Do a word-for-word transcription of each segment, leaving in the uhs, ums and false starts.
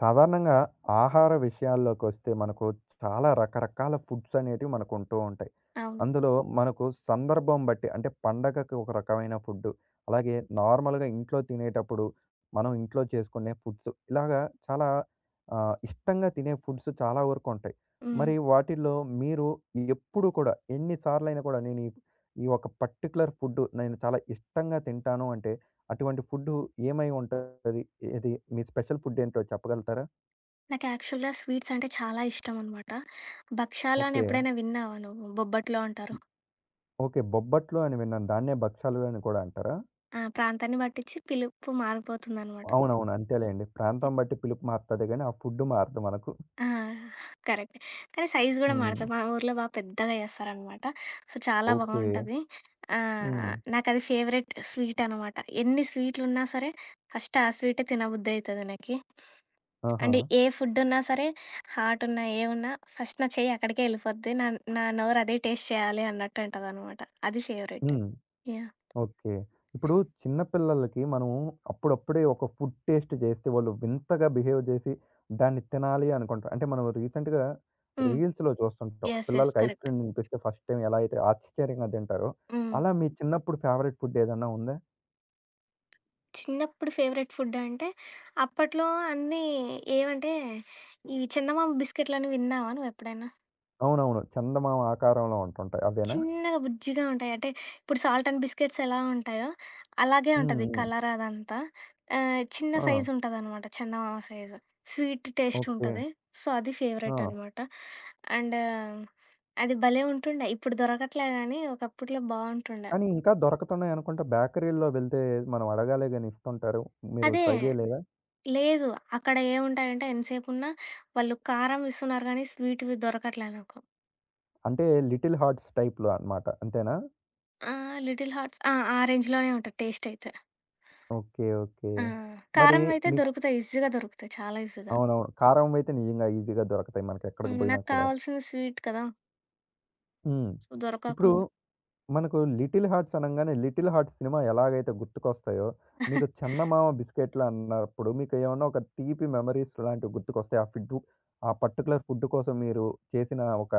సాధారణంగా ఆహార విషయాల్లోకొస్తే మనకు చాలా రకరకాల ఫుడ్స్ అనేటివి మనకు ఉంటూ ఉంటాయి. అవును. అందులో మనకు సందర్భం బట్టి అంటే పండగకి ఒక రకమైన ఫుడ్డు, అలాగే నార్మల్‌గా ఇంట్లో తినేటప్పుడు మనం ఇంట్లో చేసుకునే ఫుడ్స్ ఇలాగా చాలా ఆహ్, ఇష్టంగా తినే ఫుడ్స్ చాలా వరకు ఉంటాయి. హ్మ్. మరి వాటిల్లో మీరు ఎప్పుడు కూడా ఎన్ని సార్లైనా కూడా నేను ఈ ఈ ఒక పర్టిక్యులర్ ఫుడ్డు నేను చాలా ఇష్టంగా తింటాను అంటే అటువంటి ఫుడ్డు ఏమై ఉంటది? ఏది మీ స్పెషల్ ఫుడ్ ఏంటో చెప్పగలుగుతారా? నాకు యాక్చువల్‌గా స్వీట్స్ అంటే చాలా ఇష్టం అనమాట. భక్షాలు అని ఓకే. ఎప్పుడైనా విన్నావా నువ్వు? బొబ్బట్లో అంటారు. ఓకే. బొబ్బట్లు అని విన్నాను. దాన్నే భక్షాలు అని కూడా అంటారా? ఆ! ప్రాంతాన్ని పట్టించి పిలుపు మారిపోతుందనమాట. అవునవును. అంతేలేండి. ప్రాంతం బట్టి పిలుపు మారుతది గానీ, ఆ ఫుడ్ మారదు మనకు. ఆ! కరెక్ట్. కానీ సైజ్ గూడా హ్మ్. మారతది. మా ఊర్లో బా పెద్దగా చేస్తారనమాట. సో, చాలా ఓకే. బావుంటది. ఆహ్, హ్మ్. నాకది ఫేవరెట్ స్వీట్ అనమాట. ఎన్ని స్వీట్లున్నా సరే, ఫస్ట్ ఆ స్వీటే తినబుద్ధయితది నాకి. ఆహా! అంటే ఏ ఫుడ్డున్నా సరే, హాటున్నా, ఏవున్నా ఫస్ట్ నా చెయ్యి అక్కడికే యెళ్ళిపోద్ది. నా నా నోరు అదే టేస్ట్ చేయాలి అన్నట్టంటదనమాట. అది ఫేవరెట్. హ్మ్. యాహ్! ఓకే. ఇప్పుడు చిన్న పిల్లలకి మనం అప్పుడప్పుడే ఒక ఫుడ్ టేస్ట్ చేస్తే వాళ్ళు వింతగా బిహేవ్ చేసి దాన్ని తినాలి అనుకుంటారు. అంటే మనం రీసెంట్‌గా హ్మ్. రీల్స్‌లో చూస్తుంటాం. యెస్. యెస్. పిల్లలకి ఐస్ కరెక్ట్. క్రీమ్ తినిపిస్తే ఫస్ట్ టైమ్ ఎలా అయితే ఆశ్చర్యంగా తింటారో, హ్మ్. అలా మీ చిన్నప్పుడు ఫేవరెట్ ఫుడ్ ఏదన్నా ఉందా? చిన్నప్పుడు ఫేవరెట్ ఫుడ్డంటే, అప్పట్లో అన్నీ ఏవంటే, ఇవి చందమామ బిస్కెట్లని విన్నావా నువ్వెప్పుడైనా? అవునవును. చందమామ ఆకారంలో ఉంటుంటాయి. అవేనా? చిన్నగా బుజ్జిగా ఉంటాయి. అంటే ఇప్పుడు సాల్ట్ అండ్ బిస్కెట్స్ ఎలా ఉంటాయో అలాగే హ్మ్. ఉంటది హ్మ్. కలర్ అదంతా. ఆహ్, చిన్న సైజ్ ఆ! ఉంటదనమాట చందమామ సైజ్. Sweet taste okay. ఉంటది. సో, అది ఫేవరెట్ ఆ! అనమాట. అండ్ అది భలే ఉంటుండే. ఇప్పుడు దొరకట్లే గానీ ఒకప్పుట్లో బావుంటుండే. కానీ ఇంకా దొరకతున్నాయి అనుకుంటా. బేకరీల్లో వెళ్తే మనం అడగాలే గాని ఇస్తుంటారు. మీరు అదే ట్రై చేయలేదా? లేదు. అక్కడ ఏముంటాయంటే ఎంతసేపున్నా వాళ్ళు కారం ఇస్తున్నారు గానీ స్వీట్‌వి దొరకట్లే నాకు. అంటే లిటిల్ హార్ట్స్ టైప్‌లో అన్నమాట. అంతేనా? ఆహ్, లిటిల్ హార్ట్స్ ఆ! ఆ రేంజ్‌లోనే ఉంటది టేస్ట్ అయితే. ఓకే. ఓకే. ఆ! మరి కారం అయితే మీకు దొరుకుతాయి. ఈజీగా దొరుకుతాయి. చాలా ఈజీగా. అవునవును. కారం అయితే నిజంగా ఈజీగా దొరకతాయి మనకెక్కడికి హ్మ్. బోయినా నాకు కూడా. కావాల్సింది స్వీట్ కదా! హ్మ్. సో, ఇప్పుడు దొరకకుండా మనకు 'లిటిల్ హార్ట్స్' అనంగానే 'లిటిల్ హార్ట్స్' సినిమా ఎలాగైతే గుర్తుకొస్తాయో, మీకు 'చందమామ బిస్కెట్లు' అన్నప్పుడు మీకేమన్నా ఒక తీపి మెమోరీస్ లాంటివి గుర్తుకొస్తాయి. ఆ ఫుడ్డు ఆ పర్టిక్యులర్ ఫుడ్ కోసం మీరు చేసిన ఒక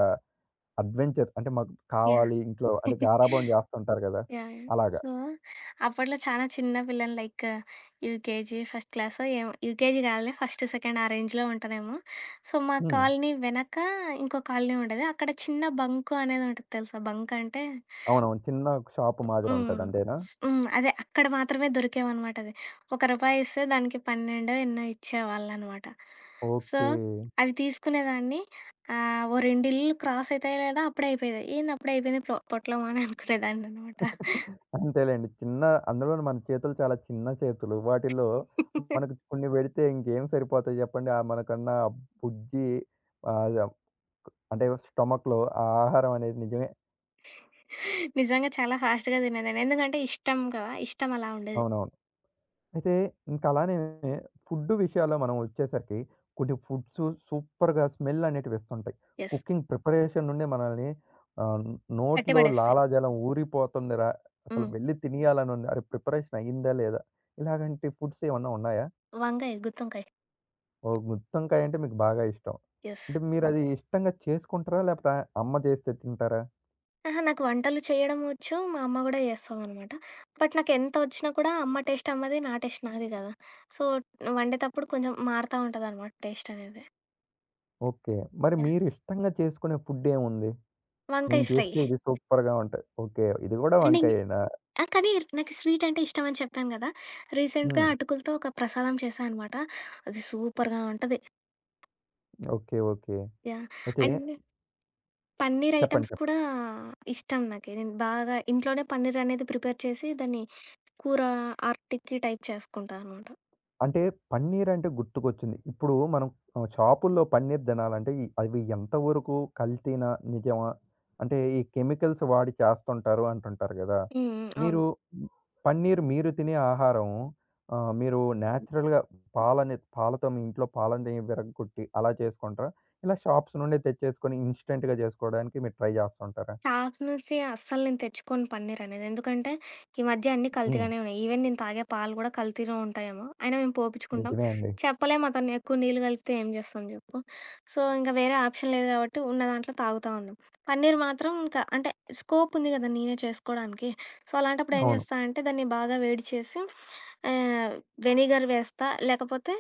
అడ్వెంచర్ అంటే మాకు యాహ్! కావాలి ఇంట్లో అంటే గారాబం జేస్తుంటారు గదా! యాహ్! యాహ్! అలాగా. సో, అప్పట్లో చాలా చిన్న పిల్లని లైక్ యూకేజీ, ఫస్ట్ క్లాసో ఏమో యూకేజీ కాదులే ఫస్ట్, సెకండ్ ఆ రేంజ్‌లో ఉంటానేమో. సో, మా హ్మ్. కాలనీ వెనక ఇంకో కాలనీ ఉండేది. అక్కడ చిన్న బంకు అనేది ఉంటది తెలుసా? బంక్ అంటే అవునవును. చిన్న షాపు హ్మ్. మాదిరుంటది అంతేనా? స్ హ్మ్. అదే అక్కడ మాత్రమే దొరికేవనమాట అవి. రూ. ఒకటి ఇస్తే దానికి పన్నెండు ఎన్నో ఇచ్చేవాళ్ళనమాట. So, okay. అవి తీసుకునేదాన్ని. ఆహ్, ఓ రెండు ఇల్లులు క్రాస్ అయితాయో లేదో అప్పుడే అయిపోయేది. ఏంది అప్పుడే అయిపోయింది పొ పొట్లం అని అనుకునేదాన్ననమాట. అంతేలెండి. చిన్న అందులోను మన చేతులు చాలా చిన్న చేతులు. వాటిల్లో మనకు కొన్ని పెడితే ఇంకేం సరిపోతాయి జెప్పండి. ఆ మనకన్నా ఆ బుజ్జి ఆహ్, య అంటే స్టొమక్‌లో ఆ ఆహారం అనేది నిజమే. నిజంగా చాలా ఫాస్ట్‌గా తినేదాన్ని. ఎందుకంటే ఇష్టం కదా! ఇష్టం అలా ఉండేది. అవునవును. అయితే ఇంకా అలానే ఫుడ్ విషయాల్లో మనం వచ్చేసరికి కొన్ని ఫుడ్స్ సూపర్‌గా స్మెల్ అనేటివి ఇస్తుంటాయి. యెస్. కుకింగ్ ప్రిపరేషన్ నుండే మనల్ని ఆహ్, కట్టి నోట్లో పడేస్తి. లాలాజలం ఊరిపోతుందిరా! అసలు హ్మ్. వెళ్లి తినేయాలని ఉంది. అరే! ప్రిపరేషన్ అయిందా లేదా? ఇలాగంటి ఫుడ్స్ ఏమన్నా ఉన్నాయా? వంకాయ, గుత్తొంకాయ. ఓహ్! గుత్తొంకాయ అంటే మీకు బాగా ఇష్టం. యెస్. అంటే మీరది ఇష్టంగా చేసుకుంటారా? లేపోతే అమ్మ చేస్తే తింటారా? అహా! నాకు వంటలు చేయడం వచ్చు. మా అమ్మ గూడా చేస్తదనమాట. బట్ నాకెంత వచ్చినా కూడా అమ్మ టేస్ట్ అమ్మది, నా టేస్ట్ నాది గదా! సో, వండేటప్పుడు కొంచెం మారుతా ఉంటదనమాట టేస్ట్ అనేది. ఓకే. మరి యాహ్! మీరు ఇష్టంగా చేసుకునే ఫుడ్ ఏముంది? వంకాయ నేను ఫ్రై. చేస్తే ఇది సూపర్‌గా ఉంటది. ఓకే. ఇది గూడా అండ్ ఇం వంకాయేనా? ఆ! కానీ నాకు స్వీట్ అంటే ఇష్టం అని చెప్పాను గదా! రీసెంట్‌గా హ్మ్. అటుకులతో ఒక ప్రసాదం చేశా అనమాట. అది సూపర్‌గా ఉంటది. ఓకే. ఓకే. యాహ్! అయితే అండ్ చెప్పండి. పన్నీర్ ఐటెమ్స్ చెప్పండి. కూడా ఇష్టం నాకి. నేను బాగా ఇంట్లోనే పన్నీర్ అనేది ప్రిపేర్ చేసి దాన్ని కూర ఆర్టికి టైప్ చేసుకుంటా అనమాట. అంటే పన్నీరంటే గుర్తుకొచ్చింది. ఇప్పుడు మనం ఆహ్, షాపుల్లో పన్నీర్ తినాలంటే ఈ అవి ఎంతవరకు కల్తీనా? నిజమా? అంటే ఈ కెమికల్స్ వాడి చేస్తుంటారు అంటుంటారు గదా! హ్మ్. హ్మ్. అవును. మీరు పన్నీర్ మీరు తినే ఆహారం ఆహ్, మీరు న్యాచురల్‌గా పాలని పాలతో మీ ఇంట్లో పాలని విరగ్గొట్టి అలా చేసుకుంటారా? ఇలా షాప్స్ నుండే తెచ్చేసుకొని ఇన్‌స్టంట్‌గా చేసుకోవడానికి మీరు ట్రై చేస్తుంటారా? షాప్ నుంచి అస్సలు నేను తెచ్చుకోను పన్నీరనేది. ఎందుకంటే, ఈ మధ్య అన్నీ హ్మ్. కల్తీగానే ఉన్నాయి. ఈవెన్ నేను తాగే పాలు గూడా కల్తీనే ఉంటాయేమో! అయినా మేము పోపిచ్చుకుంటాం. నిజమే అండి. చెప్పలేం అతన్ని ఎక్కువ నీళ్ళు కలిపితే ఏం చేస్తాం జెప్పు. సో, ఇంక వేరే ఆప్షన్ లేదు గాబట్టి ఉన్న దాంట్లో తాగుతా ఉన్నాం. పన్నీర్ మాత్రం ఇంక అంటే స్కోప్ ఉంది గదా! నేనే చేసుకోడానికి. సో, అలాంటప్పుడు ఏం అవును. చేస్తా అంటే, దాన్ని బాగా వేడి చేసి ఆహ్, వెనిగర్ వేస్తా, లేకపోతే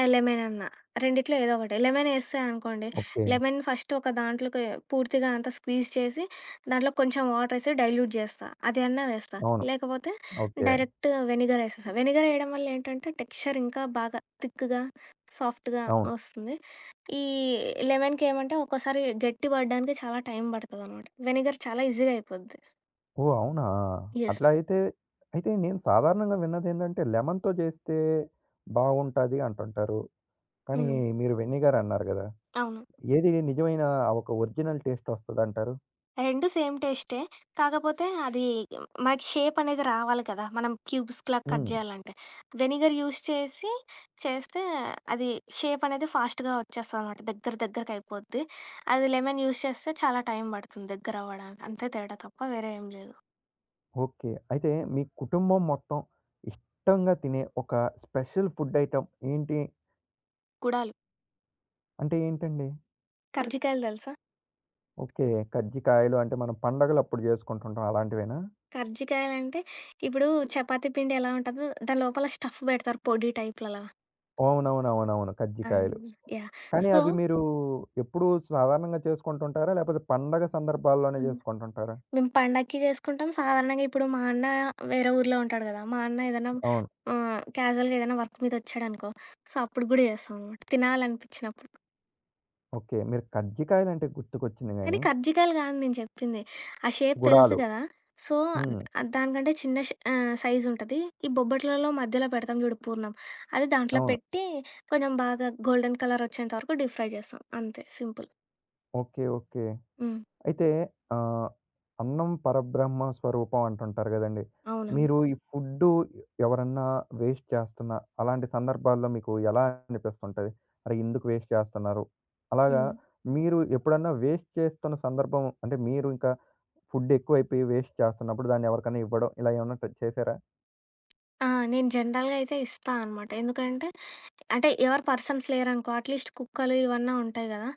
ఆహ్, లెమనన్నా. రెండిట్లో ఏదో ఒకటి. లెమనేసానుకోండి, ఓకే. లెమన్ ఫస్ట్ ఒక దాంట్లోకి పూర్తిగా అంతా స్క్వీజ్ చేసి దాంట్లో కొంచెం వాటరేసి డైల్యూట్ చేస్తా. అది అన్నా వేస్తా. అవును. లేకపోతే ఓకే. డైరెక్ట్ వెనిగర్ ఏసేస్తా. వెనిగర్ ఏయడం వల్ల ఏంటంటే, టెక్స్చర్ ఇంకా బాగా థిక్‌గా, సాఫ్ట్‌గా అవును. వస్తుంది. ఈ లెమన్‌కేమంటే ఒక్కోసారి గట్టి పడడానికి చాలా టైం పడతదనమాట. వెనిగర్ చాలా ఈజీగా అయిపోద్ది. ఓహ్! అవునా? యెస్. అట్లా అయితే అయితే నేను సాధారణంగా విన్నదేంటంటే, లెమన్‌తో చేస్తే బావుంటది అంటుంటారు. కానీ హ్మ్. మీరు వెనిగర్ అన్నారు గదా! అవును. ఏది నిజమైన ఆ ఒక ఒరిజినల్ టేస్ట్ ఒస్తదంటారు? రెండు సేమ్ టేస్టే. కాకపోతే అది మనకి షేప్ అనేది రావాలి కదా! మనం క్యూబ్స్‌లా కట్ హ్మ్. జేయాలంటే. వెనిగర్ యూజ్ చేసి చేస్తే అది షేప్ అనేది ఫాస్ట్‌గా వచ్చేస్తదనమాట. దగ్గర దగ్గరకయిపోద్ది. అది లెమన్ యూజ్ చేస్తే చాలా టైం పడుతుంది దగ్గరవ్వడానికి. అంతే తేడా తప్ప వేరే ఏం లేదు. ఓకే. అయితే మీ కుటుంబం మొత్తం ఇష్టంగా తినే ఒక స్పెషల్ ఫుడ్ ఐటెమ్ ఏంటి? గుడాలు. అంటే ఏంటండి? కర్జికాయలు తెలుసా? ఓకే. కజ్జికాయలు అంటే మనం పండగలప్పుడు జేసుకుంటుంటాం అలాంటివేనా? కర్జికాయలంటే ఇప్పుడు చపాతీ పిండి ఎలా ఉంటదో దాని లోపల స్టఫ్ బెడతారు పొడి టైప్‌లలా. అవునవునవునవును. ఆ! కజ్జికాయలు. యాహ్! కానీ సో, అవి మీరు ఎప్పుడూ సాధారణంగా చేసుకుంటుంటారా? లేపోతే పండగ సందర్భాల్లోనే చేసుకుంటుంటారా? మేము పండక్కి చేసుకుంటాం. సాధారణంగా ఇప్పుడు మా అన్న వేరే ఊర్లో ఉంటాడు గదా! మా అన్న ఏదైనా అవును. ఆహ్, క్యాజువల్‌గా ఏదైనా వర్క్ మీద వచ్చాడనుకో, సో, అప్పుడు గూడా చేస్తామనమాట. తినాలనిపించినప్పుడు. ఓకే. మీరు కజ్జికాయలంటే గుర్తుకొచ్చింది కానీ గానీ, కర్జికాయలు గాదు నేను చెప్పింది. ఆ షేప్ తెలుసు గుడాలు గదా! సో, హ్మ్. ఆహ్, దానికంటే చిన్న షే ఆహ్, సైజ్ ఉంటది. ఈ బొబ్బట్లలో మధ్యలో పెడతాం జూడు పూర్ణం. అది దాంట్లో అవును. పెట్టి కొంచెం బాగా గోల్డెన్ కలర్ వచ్చేంత వరకు డీప్ ఫ్రై చేస్తాం. అంతే సింపుల్. ఓకే. ఓకే. హ్మ్. అయితే ఆహ్, అన్నం పరబ్రహ్మ స్వరూపం అంటుంటారు గదండీ! అవునవును. మీరు ఈ ఫుడ్డు ఎవరన్నా వేస్ట్ చేస్తున్నా, అలాంటి సందర్భాల్లో మీకు ఎలా అనిపిస్తుంటది? అరే! ఎందుకు వేస్ట్ చేస్తున్నారు? అలాగా హ్మ్. మీరు ఎప్పుడన్నా వేస్ట్ చేస్తున్న సందర్భం అంటే మీరు ఇంకా ఫుడ్ ఎక్కువైపోయి వేస్ట్ చేస్తున్నప్పుడు దాన్ని ఎవరికన్నా ఇవ్వడం ఇలా ఏమన్నా ట చేసారా? ఆ! నేను జనరల్‌గా అయితే ఇస్తా అనమాట. ఎందుకంటే అంటే ఎవరు పర్సన్స్ లేరనుకో, అట్‌లీస్ట్ కుక్కలు ఇవన్నా ఉంటాయి గదా!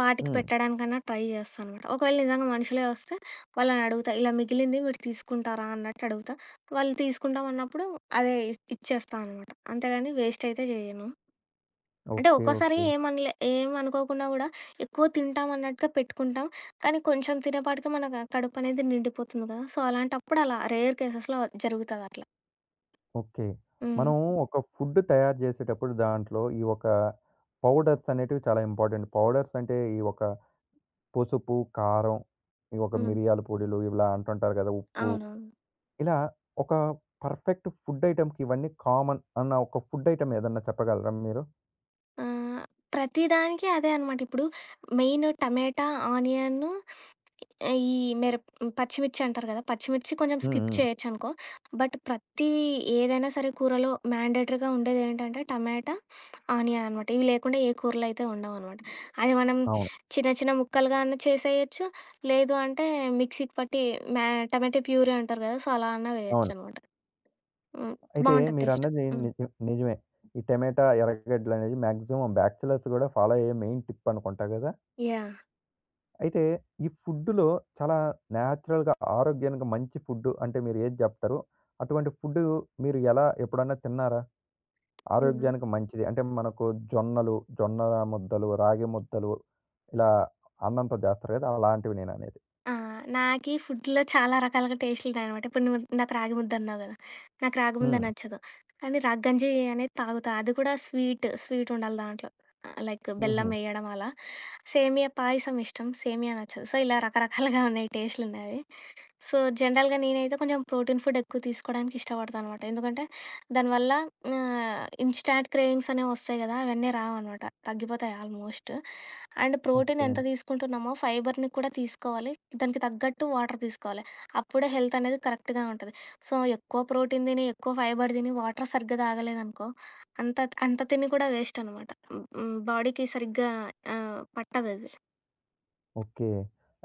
వాటికి హ్మ్. పెట్టడానికన్నా ట్రై చేస్తానమాట. ఒకవేళ నిజంగా మనుషులే వస్తే వాళ్ళనడుగుతా, ఇలా మిగిలింది మీరు తీసుకుంటారా అన్నట్టు అడుగుతా. వాళ్ళు తీసుకుంటాం అన్నప్పుడు అదే ఇస్ ఇచ్చేస్తా అనమాట. అంతేగాని వేస్ట్ అయితే జేయను. అంటే ఓకే. ఒక్కోసారి ఓకే. ఏమనలే ఏమనుకోకుండా గూడా ఎక్కువ తింటాం అన్నట్టుగా పెట్టుకుంటాం. కానీ కొంచెం తినేపాటికి మనకు కడుపనేది నిండిపోతుంది గదా! సో, అలాంటప్పుడు అలా రేర్ కేసెస్‌లో జరుగుతదట్లా. ఓకే. హ్మ్. మనం ఒక ఫుడ్ తయారు చేసేటప్పుడు దాంట్లో ఈ ఒక పౌడర్స్ అనేటివి చాలా ఇంపార్టెంట్. పౌడర్స్ అంటే ఈ ఒక పసుపు, కారం, ఈ ఒక హ్మ్. మిరియాల పొడిలు ఇలా అంటుంటారు కదా! ఉప్పు. అవునవును. ఇలా ఒక పర్ఫెక్ట్ ఫుడ్ ఐటెమ్‌కి ఇవన్నీ కామన్ అన్న ఒక ఫుడ్ ఐటెమ్ ఏదన్నా చెప్పగలరా మీరు? ఆ! ప్రతి దానికి అదే అనమాట. ఇప్పుడు మెయిన్ టమాటా, ఆనియను ఈ మిరప్ పచ్చిమిర్చి అంటారు కదా! పచ్చిమిర్చి కొంచెం హ్మ్. స్కిప్ హ్మ్. చేయొచ్చనుకో. బట్ ప్రతి ఏదైనా సరే కూరలో మ్యాండేటరీగా ఉండేదేంటంటే టమాటా, ఆనియన్ అనమాట. ఇవి లేకుండా ఏ కూరలు అయితే ఉండవనమాట. అది మనం అవును. చిన్న చిన్న ముక్కలుగా అన్నా చేసేయొచ్చు. లేదు అంటే మిక్సీకి పట్టి మ్యా టమాటా ప్యూరీ అంటారు కదా! సో, అలా అన్నా అవును. వేయొచ్చనమాట. హ్మ్. అయితే బావుంటది టేస్ట్. మీరన్నది హ్మ్. నిజం నిజమే. ఈ టమాటా, ఎర్రగడ్డలనేది మాక్సిమం బ్యాచిలర్స్ గూడా ఫాలో అయ్యే మెయిన్ టిప్ అనుకుంటా గదా! యాహ్! అయితే ఈ ఫుడ్‌లో చాలా న్యాచురల్‌గా, ఆరోగ్యానికి మంచి ఫుడ్డు అంటే మీరు ఏది జెప్తారు? అటువంటి ఫుడ్డు మీరు ఎలా ఎప్పుడన్నా తిన్నారా? హ్మ్. ఆరోగ్యానికి మంచిది అంటే మనకు జొన్నలు, జొన్న ముద్దలు, రాగి ముద్దలు ఇలా అన్నంతో జేస్తారు గదా! అలాంటివి నేననేది. ఆ! నాకీ ఫుడ్‌లో చాలా రకాలుగా టేస్ట్లున్నాయనమాట. ఇప్పుడు నువ్వు ఇందాక రాగి ముద్దన్నావు గదా! నాకు రాగి ముద్ద హ్మ్. నచ్చదు. కానీ రాగి గంజి అనేది తాగుతా. అది కూడా స్వీట్, స్వీట్ ఉండాలి దాంట్లో. ఆహ్, లైక్ బెల్లం హుహు. ఎయడం అలా. సేమియా పాయసం ఇష్టం. సేమియా నచ్చదు. సో, ఇలా రకరకాలుగా ఉన్నాయి టేస్ట్‌లున్నాయి. సో, జనరల్‌గా నేనైతే కొంచెం ప్రోటీన్ ఫుడ్ ఎక్కువ తీసుకోవడానికి ఇష్టపడతాననమాట. ఎందుకంటే దానివల్ల ఆహ్, ఇన్‌స్టాంట్ క్రేవింగ్స్ అనేవొస్తాయి గదా! అవన్నీ రావనమాట. తగ్గిపోతాయి ఆల్మోస్ట్. And protein okay. ఎంత తీసుకుంటున్నామో, ఫైబర్‌ని కూడా తీసుకోవాలి. దానికి తగ్గట్టు వాటర్ తీసుకోవాలి. అప్పుడే హెల్త్ అనేది కరెక్ట్‌గా ఉంటది. సో, ఎక్కువ ప్రోటీన్ తిని, ఎక్కువ ఫైబర్ తిని, వాటర్ సరిగ్గా తాగలేదనుకో, అంత అంత తిని కూడా వేస్ట్ అనమాట. హ్మ్. బాడీకి సరిగ్గా ఆహ్, పట్టదది. ఓకే.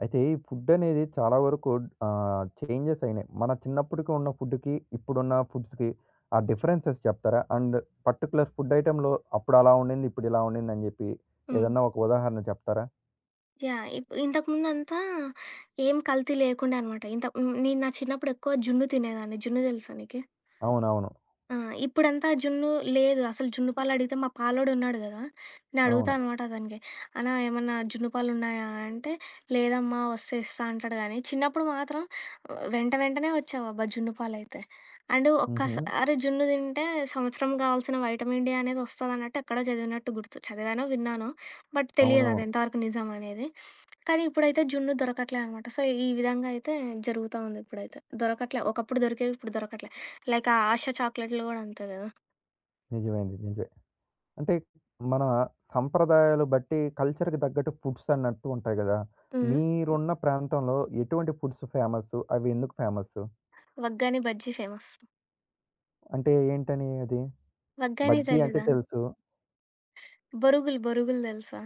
అయితే ఈ ఫుడ్డనేది చాలా వరకు ఆహ్, చేంజెస్ అయినాయి. మన చిన్నప్పటికి ఉన్న ఫుడ్‌కి, ఇప్పుడున్న ఫుడ్స్‌కి ఆ డిఫరెన్సెస్ చెప్తారా? అండ్ పర్టిక్యులర్ ఫుడ్ ఐటెమ్‌లో అప్పుడు అలా ఉండింది, ఇప్పుడు ఇలా ఉండిందని జెప్పి హ్మ్. ఏదన్నా ఒక ఉదాహరణ చెప్తారా? యాహ్! ఇప్ ఇంతకుముందంతా ఏం కల్తీ లేకుండే అనమాట. ఇంత హ్మ్. నేను నా చిన్నప్పుడు ఎక్కువ జున్ను తినేదాన్ని. జున్ను తెలుసా నీకి? అవునవును. ఆ! ఇప్పుడంతా జున్ను లేదు. అసలు జున్ను పాలడిగితే మా పాలోడున్నాడు గదా! నేనడుగుతా అవును. అనమాట అతనికి. అన్నా ఏమన్నా జున్ను పాలున్నాయా అంటే, లేదమ్మా వస్తే ఇస్తా అంటాడు గానీ, చిన్నప్పుడు మాత్రం ఆ, వెంట వెంటనే వచ్చేవబ్బా జున్ను పాలైతే. అండ్ హుహు. ఒక్కసారి జున్ను తింటే సంవత్సరం గావాల్సిన వైటమిన్ డి అనేది వస్తదన్నట్టు ఎక్కడో చదివినట్టు గుర్తు. చదివానో, విన్నానో బట్ తెలియదది అవునవును. ఎంతవరకు నిజమనేది. కానీ ఇప్పుడైతే జున్ను దొరకట్లే అనమాట. సో, ఈ విధంగా అయితే జరుగుతా ఉంది ఇప్పుడైతే. దొరకట్లే. ఒకప్పుడు దొరికేవి ఇప్పుడు దొరకట్లే. లైక్ ఆ 'ఆశ' చాక్లెట్‌లు గూడా అంతే గదా! నిజమే అండి. నిజమే. అంటే మన సంప్రదాయాలు బట్టి కల్చర్‌కి తగ్గట్టు ఫుడ్స్ అన్నట్టు ఉంటాయి గదా! హ్మ్. మీరున్న ప్రాంతంలో ఎటువంటి ఫుడ్స్ ఫేమస్సు? అవి ఎందుకు ఫేమస్సు? 'వగ్గాని బజ్జీ' ఫేమస్. అంటే ఏంటని అది? 'వగ్గాని' బజ్జీ అంటే తెలీదా? తెలుసు. బొరుగులు, బొరుగులు తెలుసా?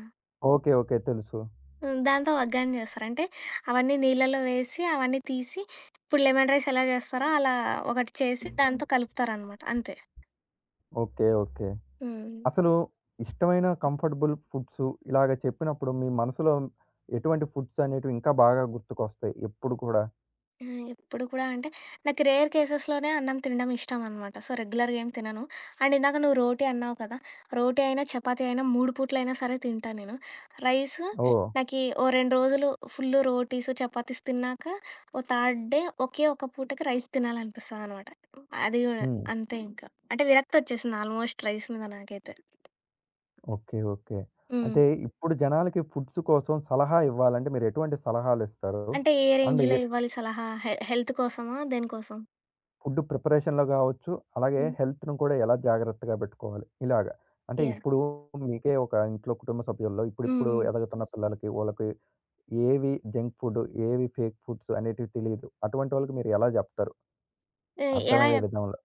ఓకే. ఓకే. తెలుసు. హ్మ్. దాంతో వగ్గాని జేస్తారు. అంటే అవన్నీ నీళ్ళలో వేసి, అవన్నీ తీసి ఇప్పుడు లెమన్ రైస్ ఎలా జేస్తారో అలా ఒకటి చేసి దాంతో కలుపుతారనమాట. అంతే. ఓకే. ఓకే. హ్మ్. అసలు ఇష్టమైన కంఫర్టబుల్ ఫుడ్సు ఇలాగ చెప్పినప్పుడు మీ మనసులో ఎటువంటి ఫుడ్స్ అనేటివి ఇంకా బాగా గుర్తుకొస్తాయి ఎప్పుడు కూడా? ఆ! ఎప్పుడు కూడా అంటే, నాకు రేర్ కేసెస్‌లోనే అన్నం తినడం ఇష్టం అనమాట. సో, రెగ్యులర్‌గా ఏం తినను. అండ్ ఇందాక నువ్వు రోటీ అన్నావు కదా! రోటీ అయినా, చపాతీ అయినా మూడు పూట్లైనా సరే తింటా నేను. Rice oh! నాకీ ఓ రెండు రోజులు ఫుల్ రోటీస్, చపాతీస్ తిన్నాక, ఓ థర్డ్ డే ఒకే ఒక పూటకి రైస్ తినాలనిపిస్తదనమాట. అది గూడా హ్మ్. అంతే ఇంకా. అంటే విరక్తొచ్చేసింది ఆల్మోస్ట్ రైస్ మీద నాకైతే. ఓకే. ఓకే. హ్మ్. అంటే ఇప్పుడు జనాలకి ఫుడ్స్ కోసం సలహా ఇవ్వాలంటే మీరు ఎటువంటి సలహాలిస్తారు? అంటే ఏ అండ్ రేంజ్‌లో ఎ ఇవ్వాలి సలహా? హె హెల్త్ కోసమా? దేనికోసం? ఫుడ్ ప్రిపరేషన్‌లో గావచ్చు, అలాగే హ్మ్. హెల్త్‌ను కూడా ఎలా జాగ్రత్తగా పెట్టుకోవాలి? ఇలాగ. అంటే యాహ్! ఇప్పుడు మీకే ఒక ఇంట్లో కుటుంబ సభ్యుల్లో హ్మ్. ఇప్పుడిప్పుడు హ్మ్. ఎదుగుతున్న పిల్లలకి, వాళ్ళకి ఏవి జంక్ ఫుడ్, ఏవి ఫేక్ ఫుడ్స్ అనేటివి తెలీదు. అటువంటి వాళ్ళకి మీరు ఎలా జెప్తారు? ఎ ఎలా అర్థమయ్యే విధంలో.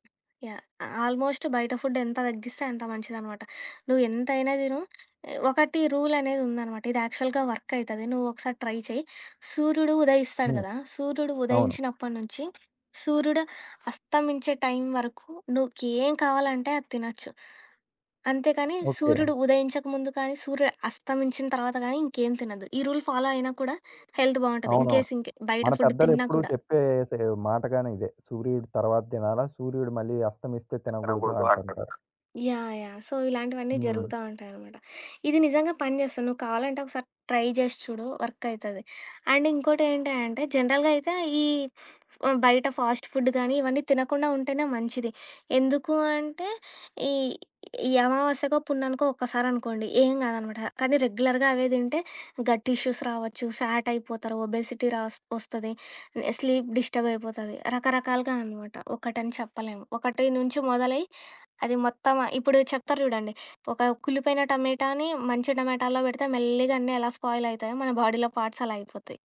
యాహ్! ఆల్మోస్ట్ బయట ఫుడ్ ఎంత తగ్గిస్తే అంత మంచిదనమాట. నువ్వు ఎంతైనా తిను. ఏ, ఒకటి రూల్ అనేది ఉందనమాట. ఇది యాక్చువల్‌గా వర్క్ అయితది. నువ్వు ఒకసారి ట్రై చెయి. సూర్యుడు ఉదయిస్తాడు హ్మ్. కదా! సూర్యుడు అవును. ఉదయించినప్పటి నుంచి సూర్యుడు అస్తమించే టైం వరకు నీకేం కావాలంటే అది తినొచ్చు. అంతేకాని ఓకే. సూర్యుడు ఉదయించక ముందు కానీ, సూర్యుడు అస్తమించిన తర్వాత కానీ ఇంకేం తినొద్దు. ఈ రూల్ ఫాలో అయినా కూడా హెల్త్ బావుంటది. అవునవును. ఇన్‌కేస్ ఇంకే బయట మన ఫుడ్ తిన్నా పెద్దలెప్పుడూ కూడా. చెప్పేసే మాటగానే ఇదే. సూర్యుడు తర్వాత తినాలా, సూర్యుడు మళ్ళీ అస్తమిస్తే తినగూడదు తినకూడదు అంటారు. అంటుంటారు. యాహ్! యాహ్! సో, ఇలాంటివన్నీ అవును. హ్మ్. జరుగుతా ఉంటాయనమాట. ఇది నిజంగా పని చేస్తది. నువ్వు కావాలంటే ఒకసారి ట్రై చేసి చూడు వర్క్ అయితది. అండ్ ఇంకోటి ఏంటి అంటే జనరల్‌గా అయితే ఈ ఆహ్, బయట ఫాస్ట్ ఫుడ్ గానీ, ఇవన్నీ తినకుండా ఉంటేనే మంచిది. ఎందుకు అంటే ఈ ఈ అమావాస్యకో, పుణ్యానికో ఒక్కసారి అనుకోండి ఏం కాదనమాట. కానీ రెగ్యులర్‌గా అవే తింటే గట్ ఇష్యూస్ రావచ్చు, ఫ్యాట్ అయిపోతారు, ఒబేసిటీ రాస్ వస్తది, స్లీప్ డిస్టర్బ్ అయిపోతది. రకరకాలుగా అనమాట. ఒకటని చెప్పలేము. ఒకటి నుంచి మొదలై అది మొత్తం ఇప్పుడు చెప్తారు చూడండి. ఒక కుళ్ళిపోయిన టమాటాని మంచి టమాటాలో పెడితే మెల్లిగా అన్నీ ఎలా స్పాయిల్ అయితాయో మన బాడీలో పార్ట్స్ అలా అయిపోతాయి.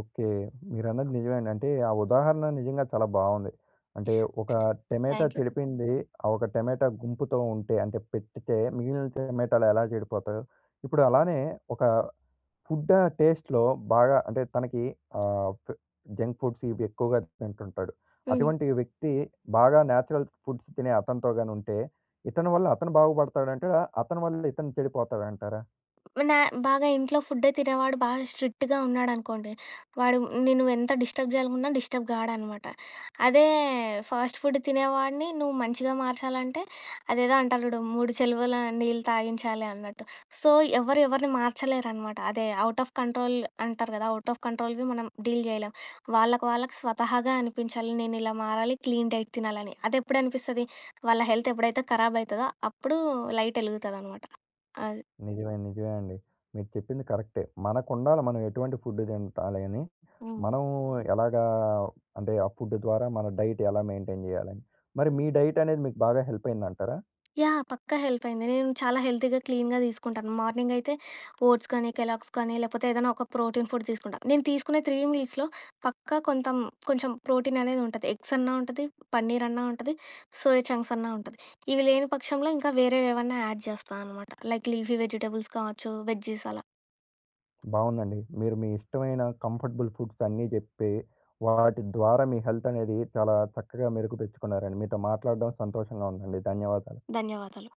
ఓకే. మీరన్నది నిజమేనండి. అంటే ఆ ఉదాహరణ నిజంగా చాలా బావుంది. అంటే ఒక టమాటా థాంక్ యూ. చెడిపోయింది. ఆ ఒక టమాటా గుంపుతో ఉంటే అంటే పెట్టితే మిగిలిన టమాటాలు ఎలా చెడిపోతాయో, ఇప్పుడు అలానే ఒక ఫుడ్ ఆ టేస్ట్‌లో బాగా అంటే తనకి ఆహ్, ఫ్ జంక్ ఫుడ్స్ ఇవి ఎక్కువగా తింటుంటాడు. హ్మ్. అటువంటి వ్యక్తి బాగా నేచురల్ ఫుడ్స్ తినే అతనితో గాని ఉంటే, ఇతని వల్ల అతను బాగుపడతాడంటారా? అతని వల్ల ఇతను చెడిపోతాడంటారా? నా బాగా ఇంట్లో ఫుడ్డే తినేవాడు బాగా స్ట్రిక్ట్‌గా ఉన్నాడనుకోండి. వాడు నిన్ను ఎంత డిస్టర్బ్ చేయాలనుకున్నా డిస్టర్బ్ కాడనమాట. అదే ఫాస్ట్ ఫుడ్ తినేవాడిని నువ్వు మంచిగా మార్చాలంటే అదేదో అంటారు చూడు మూడు చెలువల నీళ్ళు తాగించాలి అన్నట్టు. సో, ఎవరు ఎవరిని మార్చలేరనమాట. అదే ఔట్ ఆఫ్ కంట్రోల్ అంటారు కదా! ఔట్ ఆఫ్ కంట్రోల్‌వి మనం డీల్ చేయలేం. వాళ్ళకి వాళ్ళకి స్వతహాగా అనిపించాలి. నేనిలా మారాలి. క్లీన్ డైట్ తినాలని. అదెప్పుడనిపిస్తది? వాళ్ళ హెల్త్ ఎప్పుడైతే ఖరాబ్ అయితదో అప్పుడు లైట్ ఎలుగుతదనమాట. అది. నిజమే. నిజమే అండి. మీరు చెప్పింది కరెక్టే. మనకుండాల మనం ఎటువంటి ఫుడ్ తింటాలి అని, హ్మ్. మనం ఎలాగా అంటే ఆ ఫుడ్ ద్వారా మన డైట్ ఎలా మెయింటైన్ చేయాలని. మరి మీ డైట్ అనేది మీకు బాగా హెల్ప్ అయిందంటారా? యాహ్! పక్కా హెల్ప్ అయింది. నేను చాలా హెల్తీగా, క్లీన్‌గా తీసుకుంటాను. మార్నింగ్ అయితే ఓట్స్ కానీ, కెలాగ్స్ కానీ, లేకపోతే ఏదైనా ఒక ప్రోటీన్ ఫుడ్ తీసుకుంటా. నేను తీసుకునే మూడు మీల్స్‌లో పక్కా కొంతం కొంచెం ప్రోటీన్ అనేది ఉంటది. ఎగ్స్ అన్నా ఉంటది, పన్నీర్ అన్నా ఉంటది, సోయా చంక్స్ అన్నా ఉంటది. ఇవి లేని పక్షంలో ఇంకా వేరేవేవన్నా యాడ్ చేస్తా అనమాట. లైక్ లీఫీ వెజిటబుల్స్ కావచ్చు, వెజ్జీస్ అలా. బావుందండి. మీరు మీ ఇష్టమైన కంఫర్టబుల్ ఫుడ్స్ అన్నీ జెప్పి, వాటి ద్వారా మీ హెల్త్ అనేది చాలా చక్కగా మెరుగుపెచ్చుకున్నారండి. మీతో మాట్లాడడం సంతోషంగా ఉందండి. ధన్యవాదాలు. ధన్యవాదాలు.